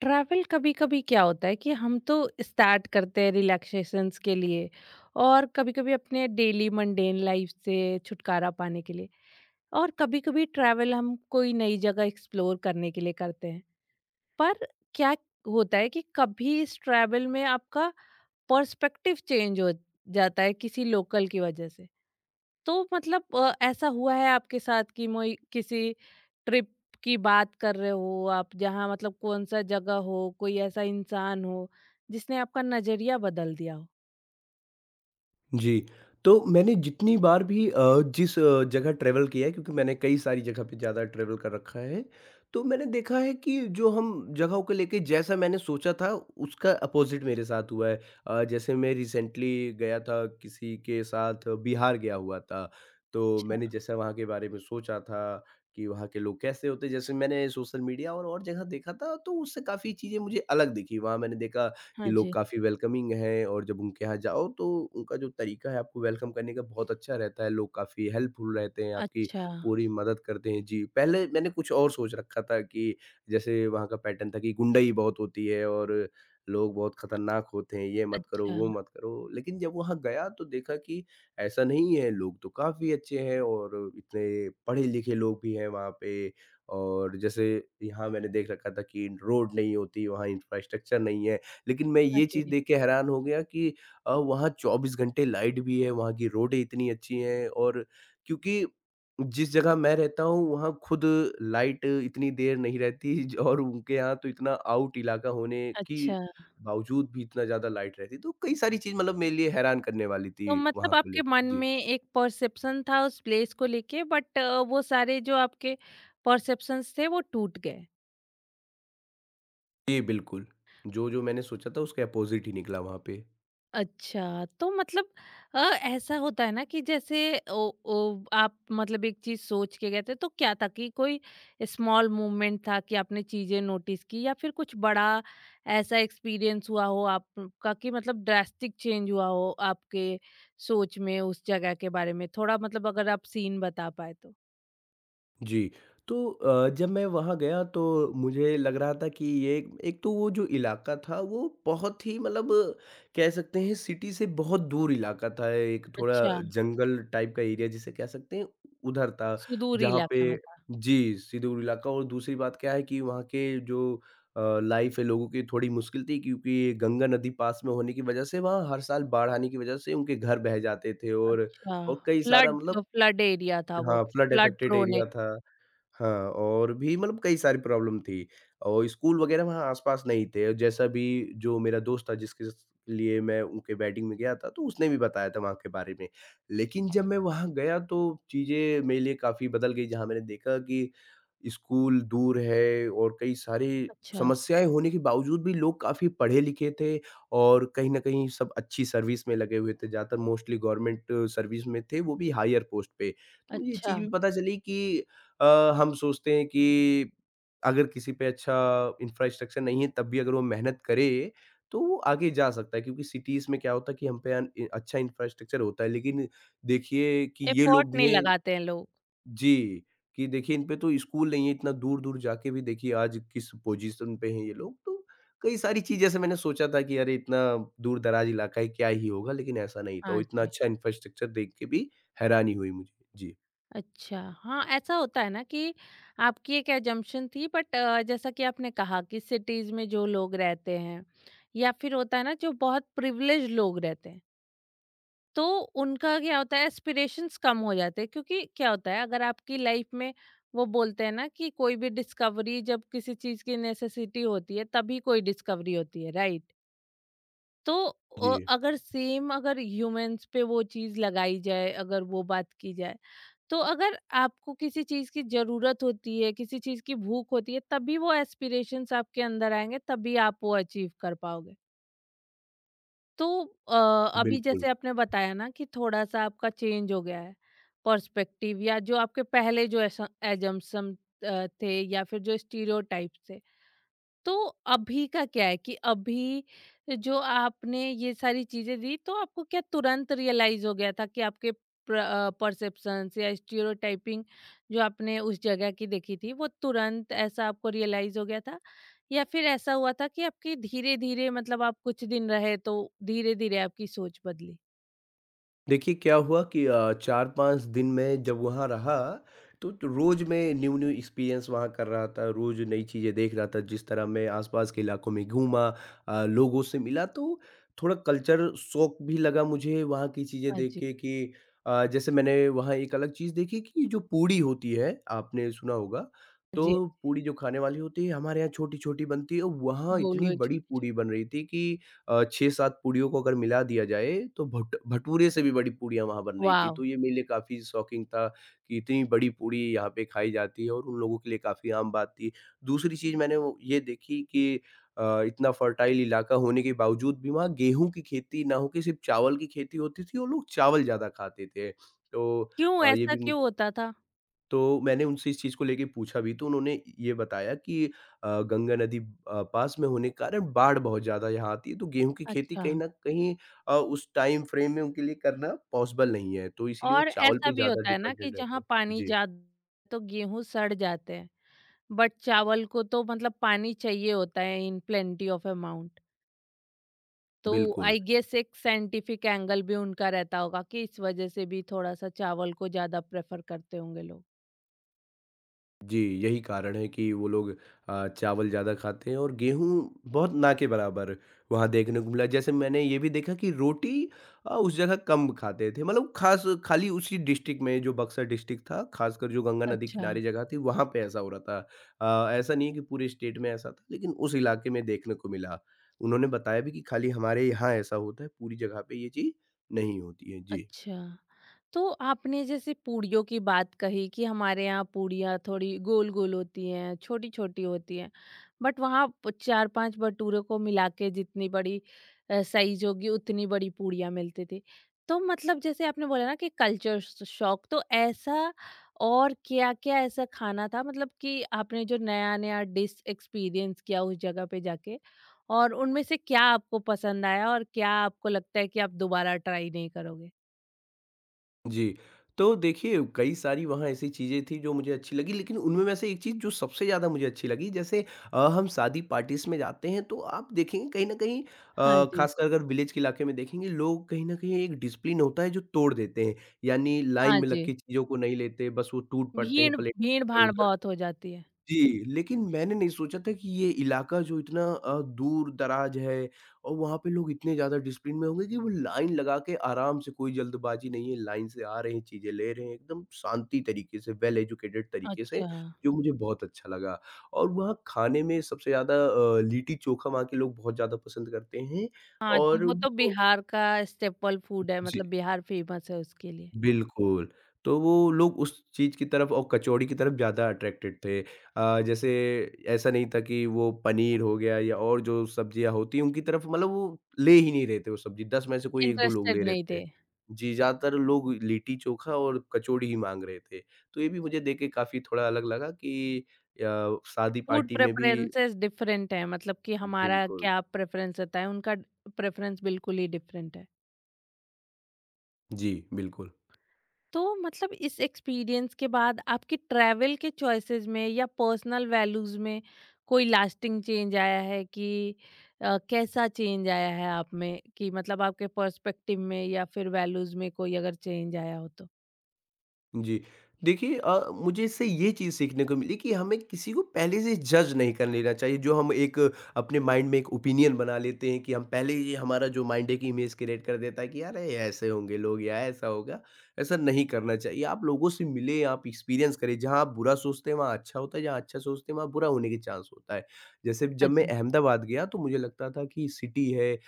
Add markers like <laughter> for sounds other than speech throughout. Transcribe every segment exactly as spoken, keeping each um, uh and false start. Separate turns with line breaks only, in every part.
Travel कभी-कभी क्या होता है कि हम तो स्टार्ट करते हैं रिलैक्सेशंस के लिए और कभी-कभी अपने डेली मंडेन लाइफ से छुटकारा पाने के लिए और कभी-कभी ट्रैवल हम कोई नई जगह एक्सप्लोर करने के लिए करते हैं। पर क्या होता है कि कभी इस ट्रैवल में आपका पर्सपेक्टिव चेंज हो जाता है किसी लोकल की वजह से। तो मतलब अ, ऐसा हुआ है आपके साथ कि मोई किसी ट्रिप की बात कर रहे हो आप जहाँ मतलब कौन सा जगह हो कोई ऐसा इंसान हो जिसने आपका नजरिया बदल दिया हो?
जी, तो मैंने जितनी बार भी अ, जिस अ, जगह ट्रैवल किया है क्योंकि मैंने कई सारी जगह पे ज़्यादा ट्रैवल कर रखा है, तो मैंने देखा है कि जो हम जगहों को लेके जैसा मैंने सोचा था उसका अपोज़िट मेरे साथ हुआ है। अ, जैसे मैं रिसेंटली गया था किसी के साथ बिहार गया हुआ था, तो मैंने
अच्छा।
जैसा वहाँ के बारे में सोचा था कि वहाँ के लोग कैसे होते हैं, जैसे मैंने सोशल मीडिया और और जगह देखा था तो उससे काफ़ी चीज़ें मुझे अलग दिखी। वहाँ मैंने देखा कि
हाँ
लोग
जी।
काफ़ी वेलकमिंग हैं और जब उनके यहाँ जाओ तो उनका जो तरीका है आपको वेलकम करने का बहुत अच्छा रहता है। लोग काफ़ी हेल्पफुल रहते हैं, आपकी
अच्छा।
पूरी मदद करते हैं। जी, पहले मैंने कुछ और सोच रखा था कि जैसे वहाँ का पैटर्न था कि गुंडई बहुत होती है और लोग बहुत खतरनाक होते हैं, ये मत करो,
अच्छा।
वो मत करो। लेकिन जब वहाँ गया तो देखा कि ऐसा नहीं है, लोग तो काफ़ी अच्छे हैं और इतने पढ़े-लिखे लोग भी हैं वहाँ पे और जैसे यहाँ मैंने देख रखा था कि रोड नहीं होती, वहाँ इंफ्रास्ट्रक्चर नहीं है। लेकिन मैं
हाँ
ये चीज़
जी।
देख के हैरान हो गया कि अ, वहाँ चौबीस घंटे लाइट भी है, वहाँ की रोडें इतनी अच्छी हैं और क्योंकि जिस जगह मैं रहता हूँ, वहाँ खुद लाइट इतनी देर नहीं रहती <laughs> ज और उनके यहाँ तो इतना आउट इलाका होने के
अच्छा,
बावजूद भी इतना ज़्यादा लाइट रहती। तो कई सारी चीज़ मतलब मेरे लिए हैरान करने वाली थी
तो
वहाँ
मतलब
को
आपके
लेके।
मन
जी।
में एक परसेप्शन था उस प्लेस को लेके, बट वो सारे जो आपके परसेप्शंस थे वो टूट गए।
जी, बिल्कुल। जो, जो मैंने सोचा था उसके अपोज़िट ही निकला वहाँ पे।
अच्छा, तो मतलब अ, ऐसा होता है ना कि जैसे ओ ओ आप मतलब एक चीज़ सोच के गए थे, तो क्या था कि कोई स्मॉल मूवमेंट था कि आपने चीज़ें नोटिस की या फिर कुछ बड़ा ऐसा एक्सपीरियंस हुआ हो आपका कि मतलब ड्रास्टिक चेंज हुआ हो आपके सोच में उस जगह के बारे में? थोड़ा मतलब अगर आप सीन बता पाएँ तो?
जी। तो अ, जब मैं वहाँ गया तो मुझे लग रहा था कि ये एक तो वो जो इलाका था वो बहुत ही मतलब कह सकते हैं सिटी से बहुत दूर इलाका था। एक थोड़ा
अच्छा,
जंगल टाइप का एरिया जिसे कह सकते हैं उधर था
सुदूर
जहाँ पे
इलाके में था।
जी, सुदूर इलाका और दूसरी बात क्या है कि वहाँ के जो अ, लाइफ़ है लोगों की थोड़ी मुश्किल थी क्योंकि ये गंगा नदी पास में होने की वज़ह से वहाँ हर साल बाढ़ आने की वज़ह से उनके घर बह जाते थे और
अच्छा,
और कई सारा
फ्लड
मतलब
फ्लड एरिया था वो?
हाँ, flood
flood
affected
prone a
area था। हाँ, और भी मतलब कई सारी प्रॉब्लम थी और स्कूल वगैरह वहाँ आस-पास नहीं थे। जैसा भी जो मेरा दोस्त था जिसके स लिए मैं उनके वेडिंग में गया था, तो उसने भी बताया था वहाँ के बारे में। लेकिन जब मैं वहाँ गया तो चीज़ें मेरे लिए काफ़ी बदल गई जहाँ मैंने देखा कि स्कूल दूर है और कई सारी
अच्छा।
समस्याएँ होने के बावजूद भी लोग काफ़ी पढ़े-लिखे थे और कहीं न कहीं सब अच्छी सर्विस में लगे हुए थे। ज़्यादातर मोस्टली गवर्नमेंट सर्विस में थे, वो भी हायर पोस्ट पे। तो मुझे ये चीज़
अच्छा,
भी पता चली कि अ, हम सोचते हैं कि अगर किसी पे अच्छा इंफ्रास्ट्रक्चर नहीं है, तब भी अगर वो मेहनत करे, तो वो आगे जा सकता है क्योंकि सिटीज़ में क्या होता है कि हम पे अन इ अच्छा इंफ्रास्ट्रक्चर होता है। लेकिन देखिए कि ये
एफर्ट
लोग भी
नहीं
हैं
लगाते हैं लोग।
जी, कि देखिए इन पे तो स्कूल नहीं है, इतना दूर-दूर जाके भी देखिए आज किस पोजीशन पे हैं ये लोग। तो कई सारी चीज़ें ऐसे मैंने सोचा था कि अरे! इतना दूर-दराज इलाका है, क्या ही होगा? लेकिन ऐसा नहीं था और
हाँ
इतना
जी।
अच्छा इंफ्रास्ट्रक्चर देख के भी हैरानी हुई मुझे। जी।
अच्छा, हाँ, ऐसा होता है ना कि आपकी एक असम्पशन थी, बट अ, जैसा कि आपने कहा कि सिटीज़ में जो लोग रहते हैं या फिर होता है ना जो बहुत प्रिविलेज्ड लोग रहते हैं, तो उनका क्या होता है एस्पिरेशंस कम हो जाते हैं क्योंकि क्या होता है अगर आपकी लाइफ में वो बोलते हैं ना कि कोई भी डिस्कवरी जब किसी चीज़ की नेसेसिटी होती है तभी कोई डिस्कवरी होती है, राइट? तो अ,
जी,
अगर सेम अगर ह्यूमन्स पे वो चीज़ लगाई जाए, अगर वो बात की जाए तो अगर आपको किसी चीज़ की ज़रूरत होती है, किसी चीज़ की भूख होती है, तभी वो एस्पिरेशंस आपके अंदर आएँगे, तभी आप वो अचीव कर पाओगे। तो अ, अभी
बिल्कुल।
जैसे आपने बताया ना कि थोड़ा-सा आपका चेंज हो गया है पर्सपेक्टिव या जो आपके पहले जो एस अजम्पशन अ, थे या फिर जो स्टीरियोटाइप्स थे, तो अभी का क्या है कि अभी जो आपने ये सारी चीजें दी तो आपको क्या तुरंत रियलाइज हो गया था कि आपके परसेप्शंस या स्टीरियोटाइपिंग जो आपने उस जगह की देखी थी वो तुरंत ऐसा आपको रियलाइज हो गया था या फिर ऐसा हुआ था कि आपकी धीरे धीरे मतलब आप कुछ दिन रहे तो धीरे धीरे आपकी सोच बदली?
देखिए क्या हुआ कि अ, चार पांच दिन मैं जब वहाँ रहा, तो तो रोज़ मैं न्यू-न्यू एक्सपीरियंस वहाँ कर रहा था, रोज़ नई चीज़ें देख रहा था, जिस तरह मैं आसपास के इलाकों में घूमा अ, लोगों से मिला, तो थोड़ा कल्चर शॉक भी लगा मुझे वहाँ की चीज़ें
हाँ
देख
जी।
के कि अ, जैसे मैंने वहाँ एक अलग चीज़ देखी कि जो पूड़ी होती है, आपने सुना होगा,
हाँ
तो
जी।
पूड़ी जो खाने वाली होती है, हमारे यहाँ छोटी-छोटी बनती है, और वहाँ
गोल
इतनी
गोल
बड़ी
छोटे
पूड़ी
छोटे।
बन रही थी कि अ, छह सात पूड़ियों को अगर मिला दिया जाए तो भट भटूरे से भी बड़ी पूड़ियाँ वहाँ बन रही थी।
वाह!
तो ये मेरे लिए काफ़ी शॉकिंग था कि इतनी बड़ी पूड़ी यहाँ पे खाई जाती है और उन लोगों के लिए काफ़ी आम बात थी। दूसरी चीज़ मैंने वो ये देखी कि अ, इतना फर्टाइल इलाका होने के बावजूद भी वहाँ गेहूँ की खेती ना होके सिर्फ़ चावल की खेती होती थी और लोग चावल ज़्यादा खाते थे। तो
क्यों
अ, ये
ऐसा
भी
क्यों
मुझे
होता था?
तो मैंने उनसे इस चीज़ को लेके पूछा भी तो उन्होंने ये बताया कि अ, गंगा नदी अ, पास में होने के कारण बाढ़ बहुत ज़्यादा यहाँ आती है तो गेहूँ की खेती
अच्छा।
कहीं न कहीं अ, उस टाइम फ्रेम में उनके लिए करना पॉसिबल नहीं है। तो इसलिए वो
और
चावल
ऐसा
पे
भी
ज़्यादा
होता है ना कि
डिपेंडेंट रहते
जहाँ
हैं।
पानी
जी,
ज़्यादा तो गेहूँ सड़ जाते हैं, बट चावल को तो मतलब पानी चाहिए होता है इन प्लेंटी ऑफ अमाउंट, तो
बिल्कुल।
आई गेस एक साइंटिफिक एंगल भी उनका रहता होगा कि इस वजह से भी थोड़ा सा चावल को ज़्यादा प्रेफर करते होंगे लोग।
जी, यही कारण है कि वो लोग अ, चावल ज़्यादा खाते हैं और गेहूँ बहुत ना के बराबर वहाँ देखने को मिला। जैसे मैंने ये भी देखा कि रोटी अ, उस जगह कम खाते थे मतलब ख़ास खाली उसी डिस्ट्रिक्ट में जो बक्सर डिस्ट्रिक्ट था, ख़ासकर जो गंगा नदी
अच्छा।
किनारे जगह थी वहाँ पे ऐसा हो रहा था। अ, ऐसा नहीं है कि पूरे स्टेट में ऐसा था लेकिन उस इलाके में देखने को मिला। उन्होंने बताया भी कि खाली हमारे यहाँ ऐसा होता है, पूरी जगह पे ये चीज़ नहीं होती है। जी।
अच्छा। तो आपने जैसे पूड़ियों की बात कही कि हमारे यहाँ पूड़ियाँ थोड़ी गोल-गोल होती हैं, छोटी-छोटी होती हैं। बट वहाँ प चार-पाँच भटूरों को मिला के जितनी बड़ी अ, साइज़ होगी उतनी बड़ी पूड़ियाँ मिलती थी। तो मतलब जैसे आपने बोला ना कि कल्चर श शॉक, तो ऐसा और क्या-क्या ऐसा खाना था मतलब कि आपने जो नया-नया डिश एक्सपीरियंस किया उस जगह पे जाके? और उनमें से क्या आपको पसंद आया और क्या आपको लगता है कि आप दोबारा ट्राई नहीं करोगे?
जी। तो देखिए, कई सारी वहाँ ऐसी चीज़ें थी जो मुझे अच्छी लगी, लेकिन उनमें में से एक चीज़ जो सबसे ज़्यादा मुझे अच्छी लगी जैसे अ, हम शादी पार्टीज़ में जाते हैं तो आप देखेंगे कहीं न कहीं
हाँ
अ,
जी।
ख़ासकर अगर विलेज के इलाके में देखेंगे लोग कहीं न कहीं एक डिसिप्लिन होता है जो तोड़ देते हैं। यानी लाइन
हाँ
में लग
जी।
के चीज़ों को नहीं लेते, बस वो टूट पड़ते हैं
भीड़
प्लेट
भीड़-भाड़
इधर-उधर
बहुत हो जाती है।
जी, लेकिन मैंने नहीं सोचा था कि ये इलाका जो इतना अ, दूर-दराज है और वहाँ पे लोग इतने ज़्यादा डिसिप्लिन में होंगे कि वो लाइन लगा के आराम से कोई जल्दबाजी नहीं है, लाइन से आ रहे हैं, चीज़ें ले रहे हैं, एकदम शांति तरीके से, वेल एजुकेटेड तरीके से,
अच्छा।
जो मुझे बहुत अच्छा लगा। और वहाँ खाने में सबसे ज़्यादा अ, लिट्टी-चोखा वहाँ के लोग बहुत ज़्यादा पसंद करते हैं
हाँ जी,
और
वो तो
वो
बिहार का स्टेपल फूड है
जी।
मतलब बिहार फेमस है उसके लिए।
बिल्कुल, तो वो लोग उस चीज़ की तरफ और कचौड़ी की तरफ ज़्यादा अट्रैक्टेड थे। अ, जैसे ऐसा नहीं था कि वो पनीर हो गया या और जो सब्जियाँ होती हैं उनकी तरफ मतलब वो ले ही नहीं रहे थे वो सब्ज़ी, दस में से कोई एक दो लोग ले
इंटरेस्टेड
रहे
नहीं
थे।
थे।
जी, ज़्यादातर लोग लिट्टी चोखा और कचौड़ी ही माँग रहे थे। तो ये भी मुझे देख के काफ़ी थोड़ा अलग लगा कि अ, शादी
फूड
पार्टी में भी
प्रेफरेंसेस डिफरेंट हैं मतलब कि हमारा
बिल्कुल।
क्या प्रेफरेंस होता है, उनका प्रेफरेंस बिल्कुल ही डिफरेंट है।
जी, बिल्कुल।
तो मतलब इस एक्सपीरियंस के बाद आपकी ट्रैवल के चॉइसेस में या पर्सनल वैल्यूज में कोई लास्टिंग चेंज आया है कि अ, कैसा चेंज आया है आप में कि मतलब आपके पर्सपेक्टिव में या फिर वैल्यूज में कोई अगर चेंज आया हो तो?
जी। देखिए अ, मुझे इससे ये चीज़ सीखने को मिली कि हमें किसी को पहले से जज नहीं कर लेना चाहिए, जो हम एक अ, अपने माइंड में एक ओपिनियन बना लेते हैं कि हम पहले ही हमारा जो माइंड है कि इमेज क्रिएट कर देता है कि यार ये ऐसे होंगे लोग या ऐसा होगा। ऐसा नहीं करना चाहिए, आप लोगों से मिलें, आप एक्सपीरियंस करें, जहाँ आप बुरा सोचते हैं वहाँ अच्छा होता है, जहाँ अच्छा सोचते हैं वहाँ बुरा होने के चांस होता है। जैसे
हाँ
जब मैं
जी।
अहमदाबाद गया तो मुझे लगता था कि सिटी है अ,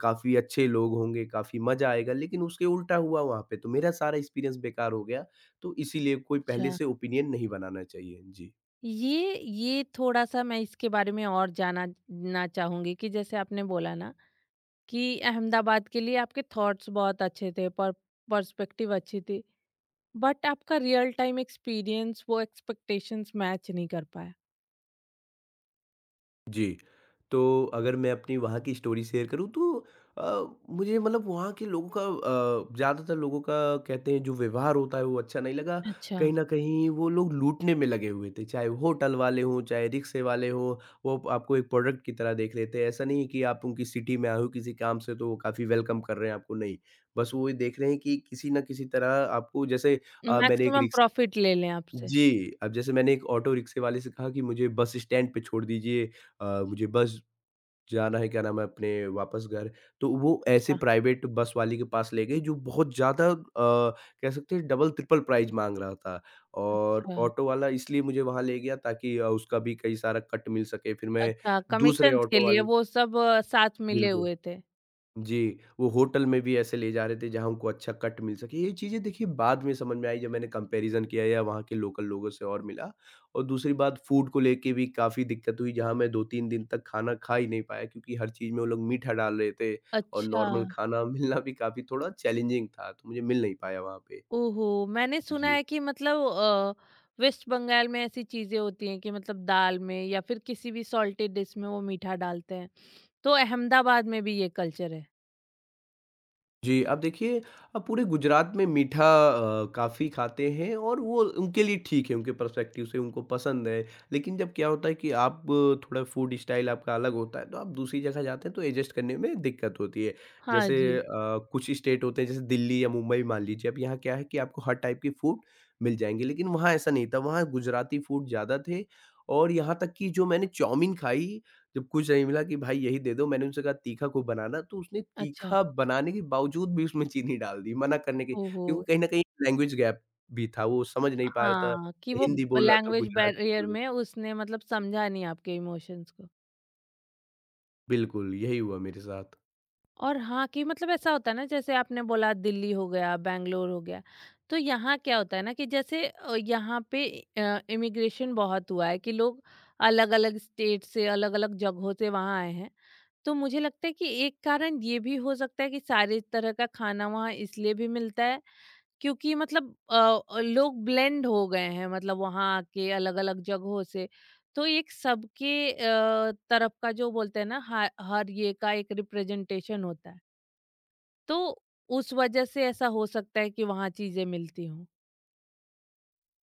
काफ़ी अच्छे लोग होंगे, काफ़ी मज़ा आएगा, लेकिन उसके उल्टा हुआ वहाँ पे, तो मेरा सारा एक्सपीरियंस बेकार हो गया। तो इसीलिए कोई पहले
अच्छा,
से ओपिनियन नहीं बनाना चाहिए। जी।
ये ये थोड़ा सा मैं इसके बारे में और जाना ना चाहूंगी कि जैसे आपने बोला ना कि अहमदाबाद के लिए आपके थॉट्स बहुत अच्छे थे, पर पर्सपेक्टिव अच्छी थी, बट आपका रियल टाइम एक्सपीरियंस वो एक्सपेक्टेशंस मैच नहीं कर पाया।
जी। तो अगर मैं अपनी वहाँ की स्टोरी शेयर करूँ तो अ, मुझे मतलब वहाँ के लोगों का अ, ज़्यादातर लोगों का कहते हैं जो व्यवहार होता है वो अच्छा नहीं लगा।
अच्छा।
कहीं न कहीं वो लोग लूटने में लगे हुए थे, चाहे वो होटल वाले हों, चाहे रिक्शे वाले हों, वो आप- आपको एक प्रोडक्ट की तरह देख लेते हैं। ऐसा नहीं है कि आप उनकी सिटी में आए हो किसी काम से तो वो काफ़ी वेलकम कर रहे हैं आपको, नहीं। बस वो ये देख रहे हैं कि किसी न किसी तरह आपको जैसे अ, मैंने एक
मैक्सिमम
रिक्शा
प्रॉफिट ले लें आपसे।
जी, अब जैसे मैंने एक ऑटो रिक्शे वाले से कहा कि मुझे बस स्टैंड पे छोड़ दीजिए अ, मुझे बस जाना है क्या नाम है अपने वापस घर। तो वो ऐसे
अच्छा।
प्राइवेट बस वाले के पास ले गई जो बहुत ज़्यादा अ, कह सकते हैं डबल ट्रिपल प्राइस माँग रहा था और
अच्छा।
ऑटो वाला इसलिए मुझे वहाँ ले गया ताकि अ, उसका भी कई सारा कट मिल सके। फिर मैं
अच्छा,
दूसरे
कमीशंस के
ऑटो
लिए
वाले
वो सब अ, साथ मिले
बिल्कुल।
हुए थे।
जी, वो होटल में भी ऐसे ले जा रहे थे जहाँ हमको अच्छा कट मिल सके। ये चीज़ें देखिए बाद में समझ में आई जब मैंने कंपैरिज़न किया या वहाँ के लोकल लोगों से और मिला। और दूसरी बात फूड को लेके भी काफ़ी दिक्कत हुई जहाँ मैं दो तीन दिन तक खाना खा ही नहीं पाया क्योंकि हर चीज़ में वो लोग मीठा डाल रहे थे और
अच्छा।
नॉर्मल खाना <laughs> मिलना भी काफ़ी थोड़ा चैलेंजिंग था, तो मुझे मिल नहीं पाया वहाँ पे।
ओहो! मैंने सुना
जी।
है कि मतलब अ, वेस्ट बंगाल में ऐसी चीज़ें होती हैं कि मतलब दाल में या फिर किसी भी सॉल्टी डिश में वो मीठा डालते हैं। तो अहमदाबाद में भी ये कल्चर है।
जी, अब देखिए अ, पूरे गुजरात में मीठा अ, काफ़ी खाते हैं और वो उनके लिए ठीक है, उनके पर्सपेक्टिव से उनको पसंद है। लेकिन जब क्या होता है कि आप अ, थोड़ा फूड स्टाइल आपका अलग होता है, तो आप दूसरी जगह जाते हैं तो एडजस्ट करने में दिक्कत होती है।
हाँ
जैसे
जी।
अ, कुछ स्टेट होते हैं जैसे दिल्ली या मुंबई मान लीजिए, अब यहाँ क्या है कि आपको हर टाइप के फूड मिल जाएँगे, लेकिन वहाँ ऐसा नहीं था, वहाँ गुजराती फूड ज़्यादा थे और यहाँ तक कि जो मैंने चाउमीन खाई जब कुछ नहीं मिला कि भाई यही दे दो, मैंने उनसे कहा तीखा खूब बनाना, तो उसने
अच्छा।
तीखा बनाने के बावजूद भी उसमें चीनी डाल दी, मना करने के
ओहो!
क्योंकि कहीं न कहीं लैंग्वेज गैप भी था, वो समझ नहीं पा रहा था,
हाँ, कि वो
हिंदी बोल रहा था,
लैंग्वेज
गुजराती बोल
बैरियर
रहा
में
था।
उसने मतलब समझा नहीं आपके इमोशंस को।
बिल्कुल, यही हुआ मेरे साथ।
और हाँ, कि मतलब ऐसा होता है ना जैसे आपने बोला दिल्ली हो गया, बैंगलोर हो गया, तो यहाँ क्या होता है ना कि जैसे अ, यहाँ पे अ, इमिग्रेशन बहुत हुआ है कि लोग अलग-अलग स्टेट से, अलग-अलग जगहों से वहाँ आए हैं। तो मुझे लगता है कि एक कारण ये भी हो सकता है कि सारे तरह का खाना वहाँ इसलिए भी मिलता है क्योंकि मतलब अ, लोग ब्लेंड हो गए हैं मतलब वहाँ आके अलग-अलग जगहों से। तो एक सबके अ, तरफ का जो बोलते हैं ना ह हर ये का एक रिप्रेजेंटेशन होता है। तो उस वजह से ऐसा हो सकता है कि वहाँ चीज़ें मिलती हों।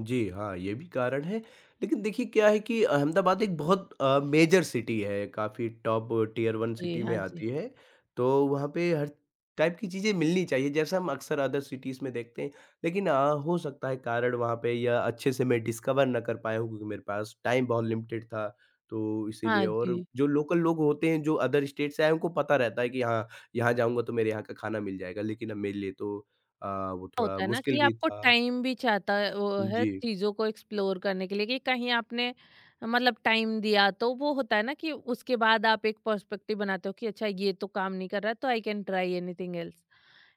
जी, हाँ, ये भी कारण है। लेकिन देखिए क्या है कि अहमदाबाद एक बहुत अ, मेजर सिटी है, काफ़ी टॉप टियर वन
जी,
सिटी में
हाँ
आती
जी।
है। तो वहाँ पे हर टाइप की चीज़ें मिलनी चाहिए, जैसा हम अक्सर अदर सिटीज़ में देखते हैं। लेकिन अ, हो सकता है कारण वहाँ पे या अच्छे से मैं डिस्कवर ना कर पाया हूँ क्योंकि मेरे पास टाइम बहुत लिमिटेड था, तो इसीलिए
हाँ
और
जी।
जो लोकल लोग होते हैं, जो अदर स्टेट से आए हैं, उनको पता रहता है कि हाँ, यहाँ जाऊँगा तो मेरे यहाँ का खाना मिल जाएगा। लेकिन अब मेरे लिए तो अ, वो थोड़ा
होता है ना
मुश्किल
कि
भी
आपको
था।
टाइम भी चाहता है वो है
जी।
चीज़ों को एक्सप्लोर करने के लिए कि कहीं आपने मतलब टाइम दिया तो वो होता है ना कि उसके बाद आप एक पर्सपेक्टिव बनाते हो कि अच्छा ये तो काम नहीं कर रहा है तो I can try anything else.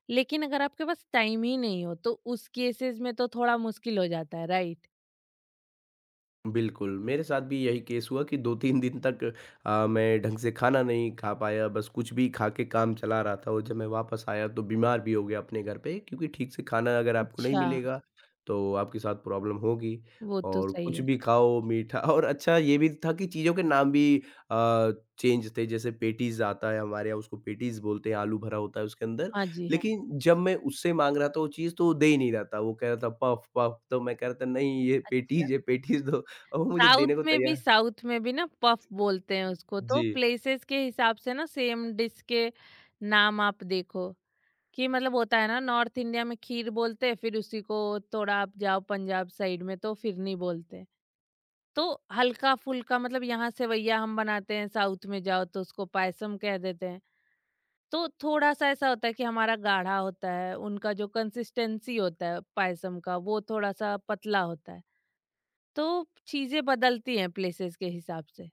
लेकिन अगर आपके पास टाइम ही नहीं हो तो उस केसेस में तो थोड़ा मुश्किल हो जाता है, राइट?
बिल्कुल, मेरे साथ भी यही केस हुआ कि दो तीन दिन तक अ, मैं ढंग से खाना नहीं खा पाया, बस कुछ भी खा के काम चला रहा था और जब मैं वापस आया तो बीमार भी हो गया अपने घर पे क्योंकि ठीक से खाना अगर आपको नहीं
अच्छा,
मिलेगा, तो आपके साथ प्रॉब्लम होगी
वो तो
और
सही
कुछ
है।
भी खाओ मीठा और अच्छा ये भी था कि चीज़ों के नाम भी अ, चेंज थे, जैसे पैटीज़ आता है हमारे यहाँ उसको पैटीज़ बोलते हैं, आलू भरा होता है उसके अंदर,
हाँ जी, हाँ।
लेकिन जब मैं उससे माँग रहा था वो चीज़ तो वो दे ही नहीं रहा था, वो कह रहा था पफ-पफ तो मैं कह रहा था नहीं ये
अच्छा,
पैटीज़ है, पैटीज़ दो और वो मुझे
साउथ
देने को
में भी
तैयार
साउथ में भी ना पफ बोलते हैं उसको, तो
जी,
प्लेसेस के हिसाब से ना सेम डिश के नाम आप देखो कि मतलब होता है ना नॉर्थ इंडिया में खीर बोलते हैं, फिर उसी को थोड़ा आप जाओ पंजाब साइड में तो फिरनी बोलते हैं। तो हल्का-फुल्का मतलब यहाँ सेवैया हम बनाते हैं, साउथ में जाओ तो उसको पायसम कह देते हैं। तो थोड़ा सा ऐसा होता है कि हमारा गाढ़ा होता है उनका जो कंसिस्टेंसी होता है पायसम का वो थोड़ा सा पतला होता है, तो चीजें बदलती हैं प्लेसेस के हिसाब से।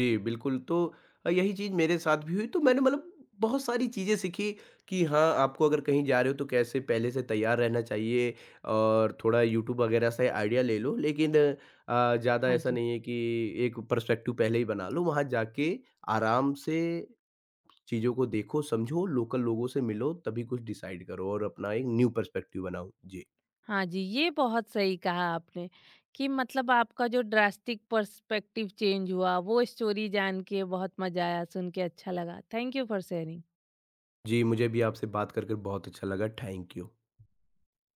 जी, बिल्कुल तो अ, यही चीज़ मेरे साथ भी हुई तो मैंने मतलब बहुत सारी चीज़ें सीखी कि हाँ, आपको अगर कहीं जा रहे हो तो कैसे पहले से तैयार रहना चाहिए और थोड़ा यूट्यूब वगैरह से आइडिया ले लो। लेकिन अ, ज़्यादा
हाँ
ऐसा
जी।
नहीं है कि एक पर्सपेक्टिव पहले ही बना लो, वहाँ जाके आराम से चीज़ों को देखो, समझो, लोकल लोगों से मिलो तभी कुछ डिसाइड करो और अपना एक न्यू पर्सपेक्टिव बनाओ। जी।
हाँ जी, ये बहुत सही कहा आपने कि मतलब आपका जो ड्रास्टिक पर्सपेक्टिव चेंज हुआ वो स्टोरी जान के बहुत मजा आया, सुन के अच्छा लगा। Thank you for sharing.
जी, मुझे भी आपसे बात कर, कर बहुत अच्छा लगा। Thank you.